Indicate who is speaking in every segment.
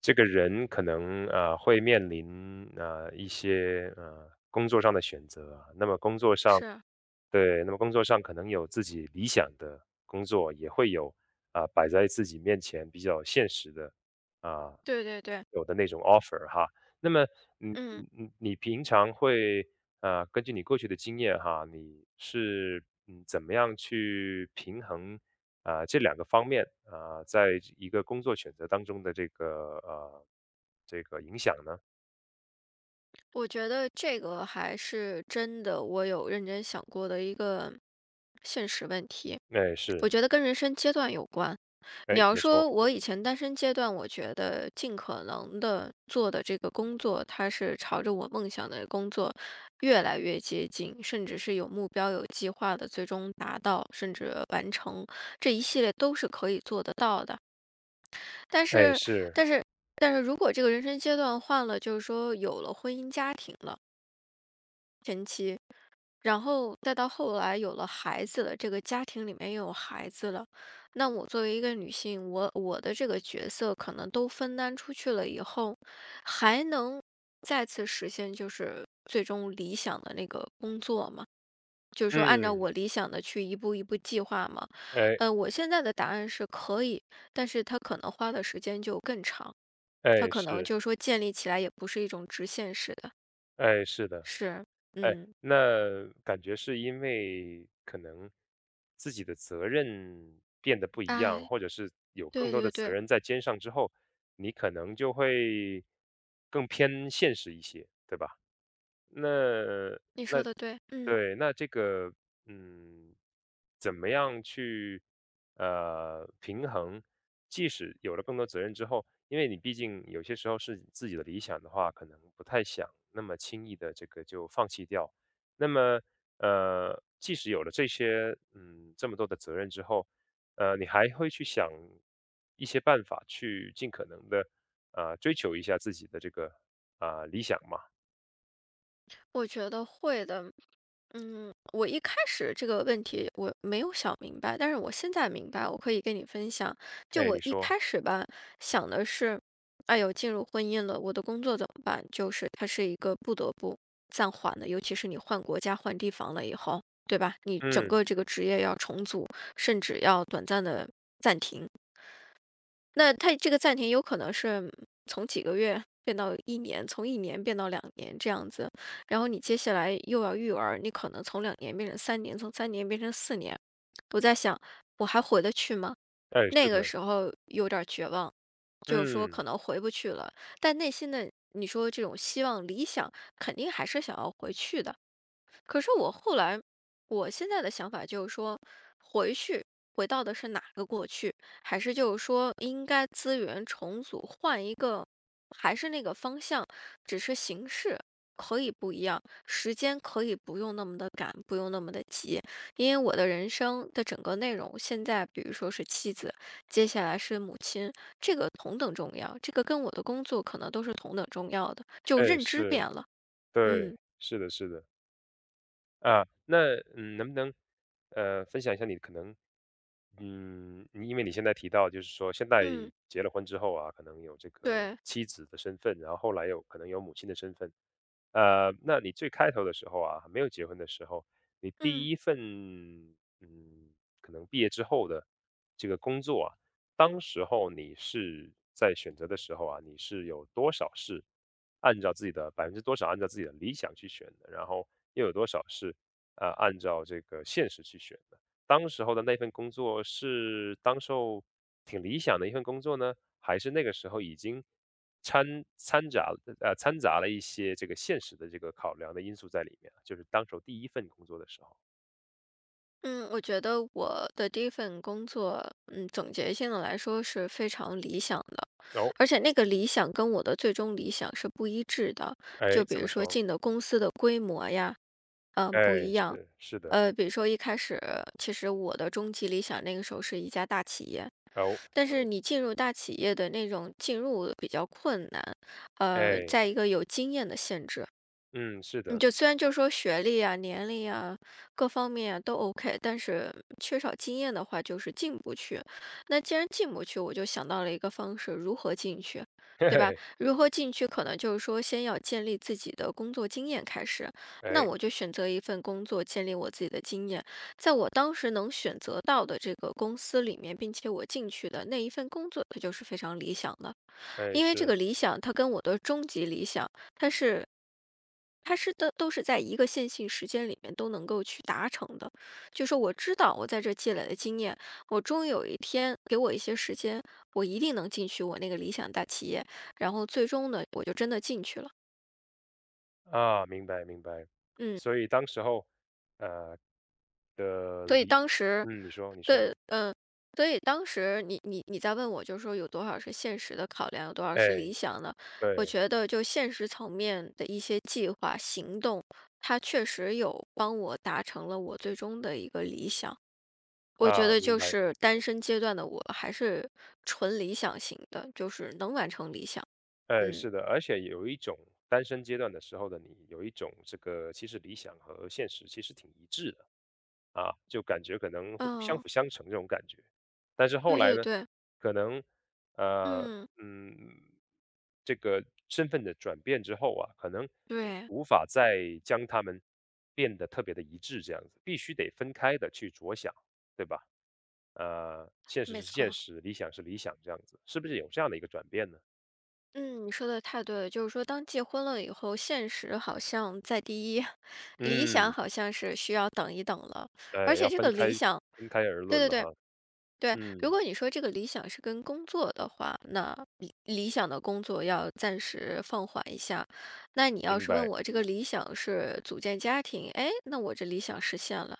Speaker 1: 这个人可能啊会面临啊一些工作上的选择啊，那么工作上
Speaker 2: 是，
Speaker 1: 对，那么工作上可能有自己理想的工作，也会有摆在自己面前比较现实的啊、
Speaker 2: 对对对，
Speaker 1: 有的那种 offer 哈。那么你
Speaker 2: 嗯，
Speaker 1: 你你你平常会根据你过去的经验哈，你是怎么样去平衡啊，这两个方面，在一个工作选择当中的这个呃影响呢？
Speaker 2: 我觉得这个还是真的，我有认真想过的一个现实问题。
Speaker 1: 哎，是，
Speaker 2: 我觉得跟人生阶段有关。
Speaker 1: 哎，
Speaker 2: 你要
Speaker 1: 怎么说？
Speaker 2: 说我以前单身阶段，我觉得尽可能的做的这个工作，它是朝着我梦想的工作越来越接近，甚至是有目标、有计划的，最终达到甚至完成，这一系列都是可以做得到的。但
Speaker 1: 哎，
Speaker 2: 是
Speaker 1: 是，
Speaker 2: 但是但是如果这个人生阶段换了，就是说有了婚姻家庭了，前期，然后再到后来有了孩子了，这个家庭里面又有孩子了，那我作为一个女性，我的这个角色可能都分担出去了以后，还能再次实现就是最终理想的那个工作吗？就是说按照
Speaker 1: 嗯，
Speaker 2: 我理想的去一步一步计划吗？
Speaker 1: 哎，
Speaker 2: 我现在的答案是可以，但是它可能花的时间就更长。他
Speaker 1: 哎，
Speaker 2: 可能
Speaker 1: 是，
Speaker 2: 就是说建立起来也不是一种直线式的，
Speaker 1: 哎，是的，
Speaker 2: 是，
Speaker 1: 哎，
Speaker 2: 嗯。
Speaker 1: 那感觉是因为可能自己的责任变得不一样，
Speaker 2: 哎，
Speaker 1: 或者是有更
Speaker 2: 对
Speaker 1: 多的
Speaker 2: 对
Speaker 1: 责
Speaker 2: 对，
Speaker 1: 任在肩上之后，你可能就会更偏现实一些，对吧？那
Speaker 2: 你说的对，嗯，
Speaker 1: 对，那这个，嗯，怎么样去平衡？即使有了更多责任之后，因为你毕竟有些时候是自己的理想的话，可能不太想那么轻易的这个就放弃掉。那么，即使有了这些，嗯，这么多的责任之后，你还会去想一些办法去尽可能的追求一下自己的这个理想嘛？
Speaker 2: 我觉得会的。嗯，我一开始这个问题我没有想明白，但是我现在明白，我可以跟你分享。就
Speaker 1: 哎，
Speaker 2: 我
Speaker 1: 你
Speaker 2: 一
Speaker 1: 说，
Speaker 2: 开始吧，想的是，哎呦，进入婚姻了，我的工作怎么办？就是它是一个不得不暂缓的，尤其是你换国家、换地方了以后，对吧？你整
Speaker 1: 嗯，
Speaker 2: 个这个职业要重组，甚至要短暂的暂停。那它这个暂停有可能是从几个月变到一年，从一年变到两年这样子，然后你接下来又要育儿，你可能从两年变成三年，从三年变成4年。我在想我还回得去吗？
Speaker 1: 哎，是
Speaker 2: 那个
Speaker 1: 的，
Speaker 2: 时候有点儿绝望，就是说可
Speaker 1: 嗯。
Speaker 2: 能回不去了，但内心的你说这种希望、理想肯定还是想要回去的。可是我后来，我现在的想法就是说，回去回到的是哪个过去，还是就是说应该资源重组，换一个，还是那个方向，只是形式可以不一样，时间可以不用那么的赶，不用那么的急，因为我的人生的整个内容，现在比如说是妻子，接下来是母亲，这个同等重要，这个跟我的工作可能都是同等重要的，就
Speaker 1: 哎，
Speaker 2: 认知变
Speaker 1: 是，
Speaker 2: 了，
Speaker 1: 对，
Speaker 2: 嗯
Speaker 1: 是的，是的。啊，那能不能分享一下你可能，嗯，因为你现在提到就是说现在
Speaker 2: 嗯，
Speaker 1: 结了婚之后啊，可能有这个
Speaker 2: 对，
Speaker 1: 妻子的身份，然后后来有可能有母亲的身份。那你最开头的时候啊，还没有结婚的时候，你
Speaker 2: 嗯。
Speaker 1: 第一份嗯，可能毕业之后的这个工作啊，当时候你是在选择的时候啊，你是有多少是按照自己的百分之多少按照自己的理想去选的，然后又有多少是按照这个现实去选的？当时候的那份工作是当时候挺理想的一份工作呢，还是那个时候已经掺掺杂掺杂了一些这个现实的这个考量的因素在里面啊？就是当时候第一份工作的时候，
Speaker 2: 嗯，我觉得我的第一份工作，嗯，总结性的来说是非常理想的，
Speaker 1: 哦，
Speaker 2: 而且那个理想跟我的最终理想是不一致的。就
Speaker 1: 哎，
Speaker 2: 比
Speaker 1: 怎
Speaker 2: 如
Speaker 1: 么
Speaker 2: 说
Speaker 1: 说？
Speaker 2: 进的公司的规模呀，嗯，不
Speaker 1: 哎，
Speaker 2: 一样。
Speaker 1: 是的，
Speaker 2: 比如说一开始，其实我的终极理想那个时候是一家大企业，
Speaker 1: 哦，
Speaker 2: 但是你进入大企业的那种进入比较困难，
Speaker 1: 哎。
Speaker 2: 在一个有经验的限制。
Speaker 1: 嗯，是
Speaker 2: 你
Speaker 1: 的，
Speaker 2: 就虽然就说学历啊、年龄啊各方面啊都 OK,但是缺少经验的话，就是进不去。那既然进不去，我就想到了一个方式，如何进去，
Speaker 1: 嘿
Speaker 2: 对吧？
Speaker 1: 嘿，
Speaker 2: 如何进去，可能就是说先要建立自己的工作经验开始。那
Speaker 1: 哎
Speaker 2: 我就选择一份工作，建立我自己的经验，在我当时能选择到的这个公司里面，并且我进去的那一份工作，它就是非常理想的，
Speaker 1: 哎，
Speaker 2: 因为这个
Speaker 1: 是
Speaker 2: 理想它跟我的终极理想，它是它是的都是在一个线性时间里面都能够去达成的。就说我知道我在这积累的经验，我终于有一天给我一些时间，我一定能进去我那个理想大企业。然后最终呢，我就真的进去了。
Speaker 1: 啊，明白明白。
Speaker 2: 嗯，
Speaker 1: 所以当时候，呃的
Speaker 2: 所以
Speaker 1: 离，
Speaker 2: 当时
Speaker 1: 嗯，你说你说，
Speaker 2: 对，嗯，所以当时你在问我，就是说有多少是现实的考量，有多少是理
Speaker 1: 哎，
Speaker 2: 想的？我
Speaker 1: 对
Speaker 2: 觉得就现实层面的一些计划行动，它确实有帮我达成了我最终的一个理想。我觉
Speaker 1: 啊，
Speaker 2: 得
Speaker 1: 明
Speaker 2: 就
Speaker 1: 白，
Speaker 2: 是单身阶段的我还是纯理想型的，就是能完成理想。
Speaker 1: 哎，
Speaker 2: 嗯，
Speaker 1: 是的，而且有一种单身阶段的时候的你，有一种这个其实理想和现实其实挺一致的。啊，就感觉可能互相
Speaker 2: 哦，
Speaker 1: 辅相成这种感觉。但是后
Speaker 2: 对
Speaker 1: 来
Speaker 2: 对
Speaker 1: 呢，
Speaker 2: 对，
Speaker 1: 可能，呃，
Speaker 2: 嗯，
Speaker 1: 嗯，这个身份的转变之后啊，可能
Speaker 2: 对，
Speaker 1: 无法再将他们变得特别的一致，这样子，必须得分开的去着想，对吧？现实
Speaker 2: 没
Speaker 1: 是现
Speaker 2: 错。
Speaker 1: 实，理想是理想，这样子，是不是有这样的一个转变呢？
Speaker 2: 嗯，你说的太对了，就是说当结婚了以后，现实好像在第一，理想
Speaker 1: 嗯，
Speaker 2: 好像是需要等一等了，而
Speaker 1: 哎，
Speaker 2: 且
Speaker 1: 要
Speaker 2: 这个
Speaker 1: 分开
Speaker 2: 理想，
Speaker 1: 分开而
Speaker 2: 对
Speaker 1: 论
Speaker 2: 对
Speaker 1: 了
Speaker 2: 对，
Speaker 1: 哈。
Speaker 2: 对，如
Speaker 1: 嗯，
Speaker 2: 果你说这个理想是跟工作的话，那理想的工作要暂时放缓一下。那你要
Speaker 1: 明
Speaker 2: 是问
Speaker 1: 白。
Speaker 2: 我这个理想是组建家庭，哎，那我这理想实现了。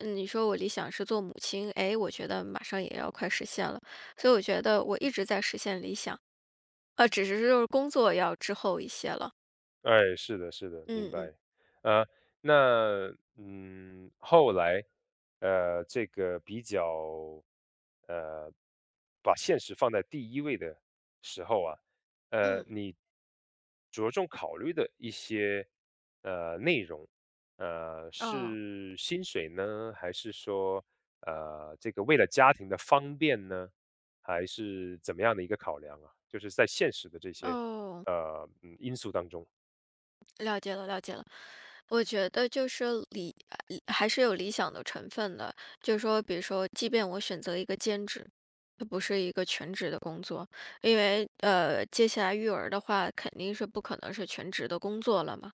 Speaker 2: 嗯，你说我理想是做母亲，哎，我觉得马上也要快实现了。所以我觉得我一直在实现理想，啊，只是就是工作要滞后一些了。
Speaker 1: 哎，是的，是的，明
Speaker 2: 嗯嗯
Speaker 1: 白。呃，那后来，这个比较，呃，把现实放在第一位的时候啊，
Speaker 2: 嗯，
Speaker 1: 你着重考虑的一些内容，
Speaker 2: 哦
Speaker 1: 是薪水呢，还是说这个为了家庭的方便呢，还是怎么样的一个考量啊？就是在现实的这些
Speaker 2: 哦。
Speaker 1: 因素当中。
Speaker 2: 了解了，了解了。我觉得就是理，还是有理想的成分的。就是说，比如说，即便我选择一个兼职，它不是一个全职的工作，因为接下来育儿的话，肯定是不可能是全职的工作了嘛，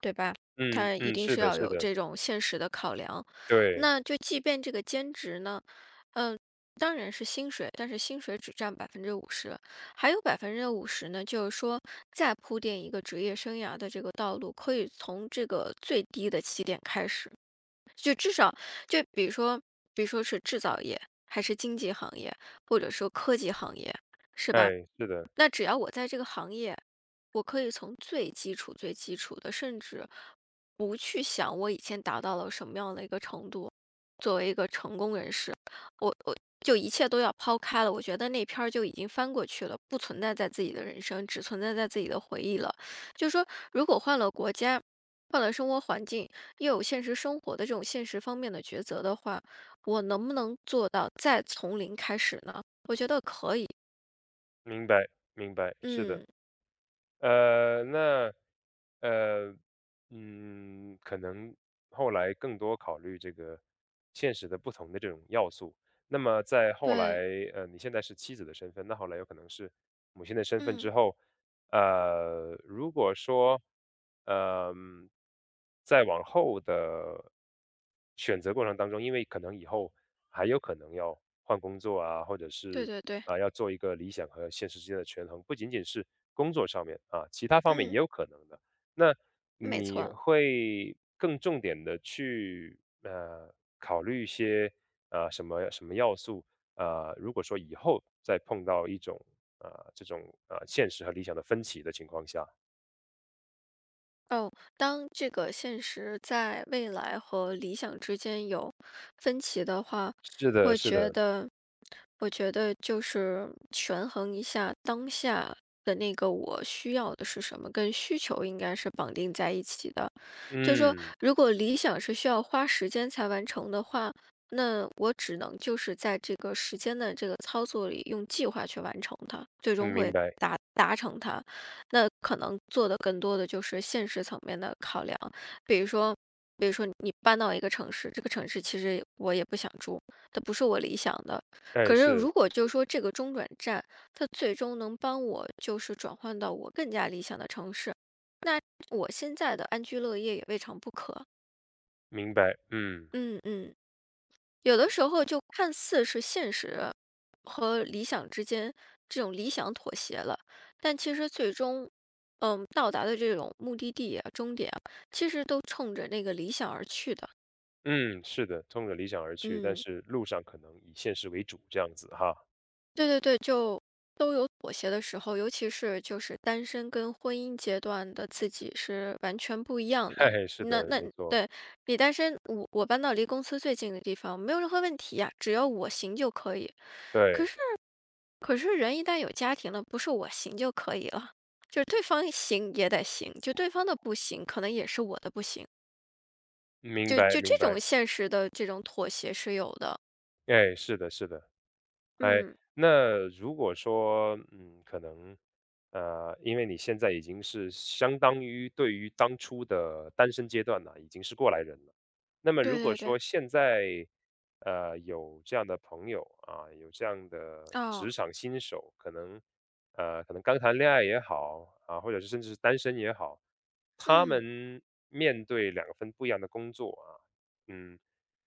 Speaker 2: 对吧？
Speaker 1: 嗯
Speaker 2: 它一
Speaker 1: 嗯，
Speaker 2: 定
Speaker 1: 是
Speaker 2: 是
Speaker 1: 的
Speaker 2: 要
Speaker 1: 是
Speaker 2: 有
Speaker 1: 的，
Speaker 2: 这种现实的考量。
Speaker 1: 对，
Speaker 2: 那就即便这个兼职呢，当然是薪水，但是薪水只占百分之五十，还有百分之五十呢，就是说再铺垫一个职业生涯的这个道路，可以从这个最低的起点开始，就至少就比如说，比如说是制造业，还是经济行业，或者说科技行业，
Speaker 1: 哎，是的，
Speaker 2: 那只要我在这个行业，我可以从最基础、最基础的，甚至不去想我以前达到了什么样的一个程度，作为一个成功人士，我就一切都要抛开了。我觉得那篇儿就已经翻过去了，不存在在自己的人生，只存在在自己的回忆了。就是说，如果换了国家，换了生活环境，又有现实生活的这种现实方面的抉择的话，我能不能做到再从零开始呢？觉得可，
Speaker 1: 明白明白，是的。
Speaker 2: 嗯，
Speaker 1: 那，呃，可能后来更多考虑这个现实的不同的这种要素。那么在后来，
Speaker 2: 对，
Speaker 1: 你现在是妻子的身份，那后来有可能是母亲的身份
Speaker 2: 嗯。
Speaker 1: 之后，如果说，嗯、在往后的选择过程当中，因为可能以后还有可能要换工作啊，或者
Speaker 2: 对
Speaker 1: 是
Speaker 2: 对对，
Speaker 1: 要做一个理想和现实之间的权衡，不仅仅是工作上面啊，其他方面也
Speaker 2: 嗯，
Speaker 1: 有可能的。那
Speaker 2: 没
Speaker 1: 你
Speaker 2: 错。
Speaker 1: 会更重点的去呃考虑一些什么什么要素如果说以后再碰到一种这种现实和理想的分歧的情况下，
Speaker 2: 哦，当这个现实在未来和理想之间有分歧的话，
Speaker 1: 是的，
Speaker 2: 我
Speaker 1: 是
Speaker 2: 觉
Speaker 1: 的，
Speaker 2: 得，我觉得就是权衡一下当下的那个我需要的是什么，跟需求应该是绑定在一起的。就是说，
Speaker 1: 嗯，
Speaker 2: 如果理想是需要花时间才完成的话，那我只能就是在这个时间的这个操作里用计划去完成它，最终
Speaker 1: 嗯，
Speaker 2: 会
Speaker 1: 明白，
Speaker 2: 达成它。那可能做的更多的就是现实层面的考量，比如说，比如说你搬到一个城市，这个城市其实我也不想住，它不是我理想的。
Speaker 1: 哎，
Speaker 2: 可是
Speaker 1: 是，
Speaker 2: 如果就说这个中转站，它最终能帮我就是转换到我更加理想的城市，那我现在的安居乐业也未尝不可。
Speaker 1: 明白，嗯，
Speaker 2: 嗯嗯。有的时候就看似是现实和理想之间这种理想妥协了，但其实最终，嗯，到达的这种目的地啊、终点啊，其实都冲着那个理想而去的。
Speaker 1: 嗯，是的，冲着理想而去，但
Speaker 2: 嗯，
Speaker 1: 是路上可能以现实为主，这样子哈，
Speaker 2: 对对对，就都有妥协的时候，尤其是就是单身跟婚姻阶段的自己是完全不一样 的。
Speaker 1: 嘿嘿，是
Speaker 2: 那
Speaker 1: 的，
Speaker 2: 那
Speaker 1: 没错，
Speaker 2: 对你单身，我搬到离公司最近的地方没有任何问题呀、只要我行就可以。
Speaker 1: 对，
Speaker 2: 可是人一旦有家庭了，不是我行就可以了，就是对方行也得行，就对方的不行，可能也是我的不行，
Speaker 1: 明
Speaker 2: 就
Speaker 1: 白，
Speaker 2: 就这
Speaker 1: 明白，
Speaker 2: 种现实的这种妥协是有的。
Speaker 1: 哎，是的，是的。哎，
Speaker 2: 嗯，
Speaker 1: 那如果说，因为你现在已经是相当于对于当初的单身阶段呢，已经是过来人了。那么如
Speaker 2: 对
Speaker 1: 果
Speaker 2: 对对，
Speaker 1: 说现在，有这样的朋友啊，有这样的职
Speaker 2: 哦，
Speaker 1: 场新手，可能刚谈恋爱也好啊，或者是甚至是单身也好，他
Speaker 2: 嗯
Speaker 1: 们面对两份不一样的工作啊，嗯。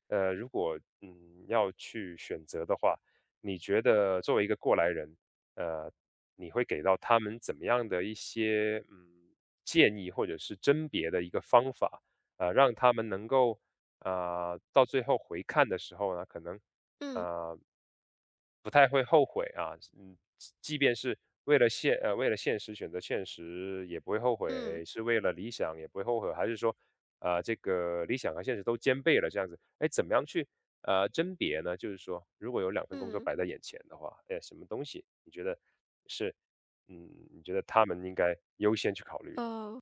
Speaker 1: 如果要去选择的话，你觉得作为一个过来人，呃，你会给到他们怎么样的一些建议，或者是甄别的一个方法，让他们能够到最后回看的时候呢，可能
Speaker 2: 嗯
Speaker 1: 呃不太会后悔啊，嗯，即便是为了现实选择现实也不会后
Speaker 2: 嗯
Speaker 1: 悔，是为了理想也不会后悔，还是说啊，这个理想和现实都兼备了这样子。哎，怎么样去甄别呢？就是说，如果有两份工作
Speaker 2: 嗯，
Speaker 1: 摆在眼前的话，哎，什么东西是你觉得他们应该优先去考虑的？
Speaker 2: 哦。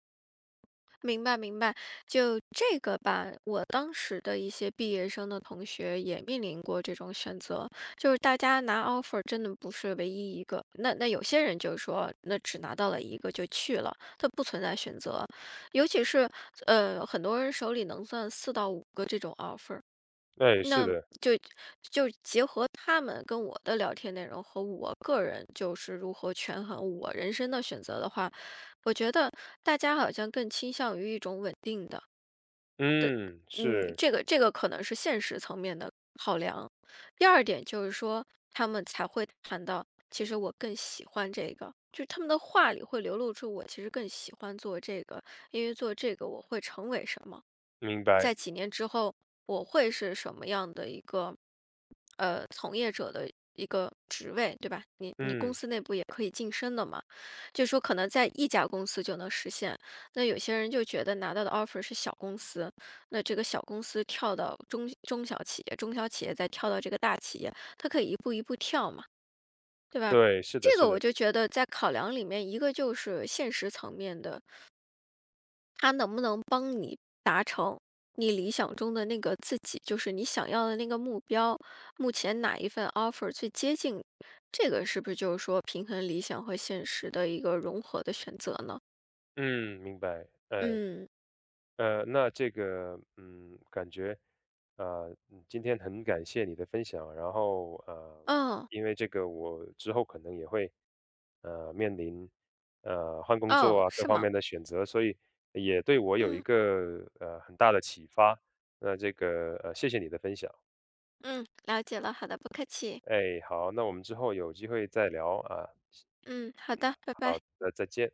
Speaker 2: 明白明白，就这个吧，我当时的一些毕业生的同学也面临过这种选择，就是大家拿 offer 真的不是唯一一个，那有些人就说，那只拿到了一个就去了，它不存在选择，尤其是很多人手里能算4到5个这种 offer。
Speaker 1: 哎，是
Speaker 2: 那
Speaker 1: 的，
Speaker 2: 就就结合他们跟我的聊天内容和我个人就是如何权衡我人生的选择的话，我觉得大家好像更倾向于一种稳定的，
Speaker 1: 嗯，
Speaker 2: 嗯，
Speaker 1: 是，
Speaker 2: 这个可能是现实层面的考量。第二点就是说，他们才会谈到，其实我更喜欢这个，就是他们的话里会流露出我其实更喜欢做这个，因为做这个我会成为什么。
Speaker 1: 明白，
Speaker 2: 在几年之后，我会是什么样的一个从业者的一个职位，对吧？你公
Speaker 1: 嗯，
Speaker 2: 司内部也可以晋升的嘛，就说可能在一家公司就能实现。那有些人就觉得拿到的 offer 是小公司，那这个小公司跳到中小企业，中小企业再跳到这个大企业，它可以一步一步跳嘛，对吧？
Speaker 1: 对，是的，
Speaker 2: 这
Speaker 1: 是
Speaker 2: 个我
Speaker 1: 的，
Speaker 2: 就觉得在考量里面，一个就是现实层面的，它能不能。达成你理想中的那个自己，就是你想要的那个目标，目前哪一份 offer 最接近？这个是不是就是说平衡理想和现实的一个融合的选择呢？
Speaker 1: 嗯，明白，哎。
Speaker 2: 嗯，
Speaker 1: 那这个，嗯，感觉，今天很感谢你的分享，然后，
Speaker 2: 哦，
Speaker 1: 因为这个我之后可能也会，面临，换工作
Speaker 2: 哦，
Speaker 1: 啊各
Speaker 2: 是
Speaker 1: 方
Speaker 2: 吗？
Speaker 1: 面的选择，所以也对我有一
Speaker 2: 嗯
Speaker 1: 个很大的启发。那这个，谢谢你的分享。
Speaker 2: 嗯，了解了，好的，不客气。
Speaker 1: 哎，好，那我们之后有机会再聊啊。
Speaker 2: 嗯，好的，拜
Speaker 1: 好
Speaker 2: 拜。
Speaker 1: 的，再见。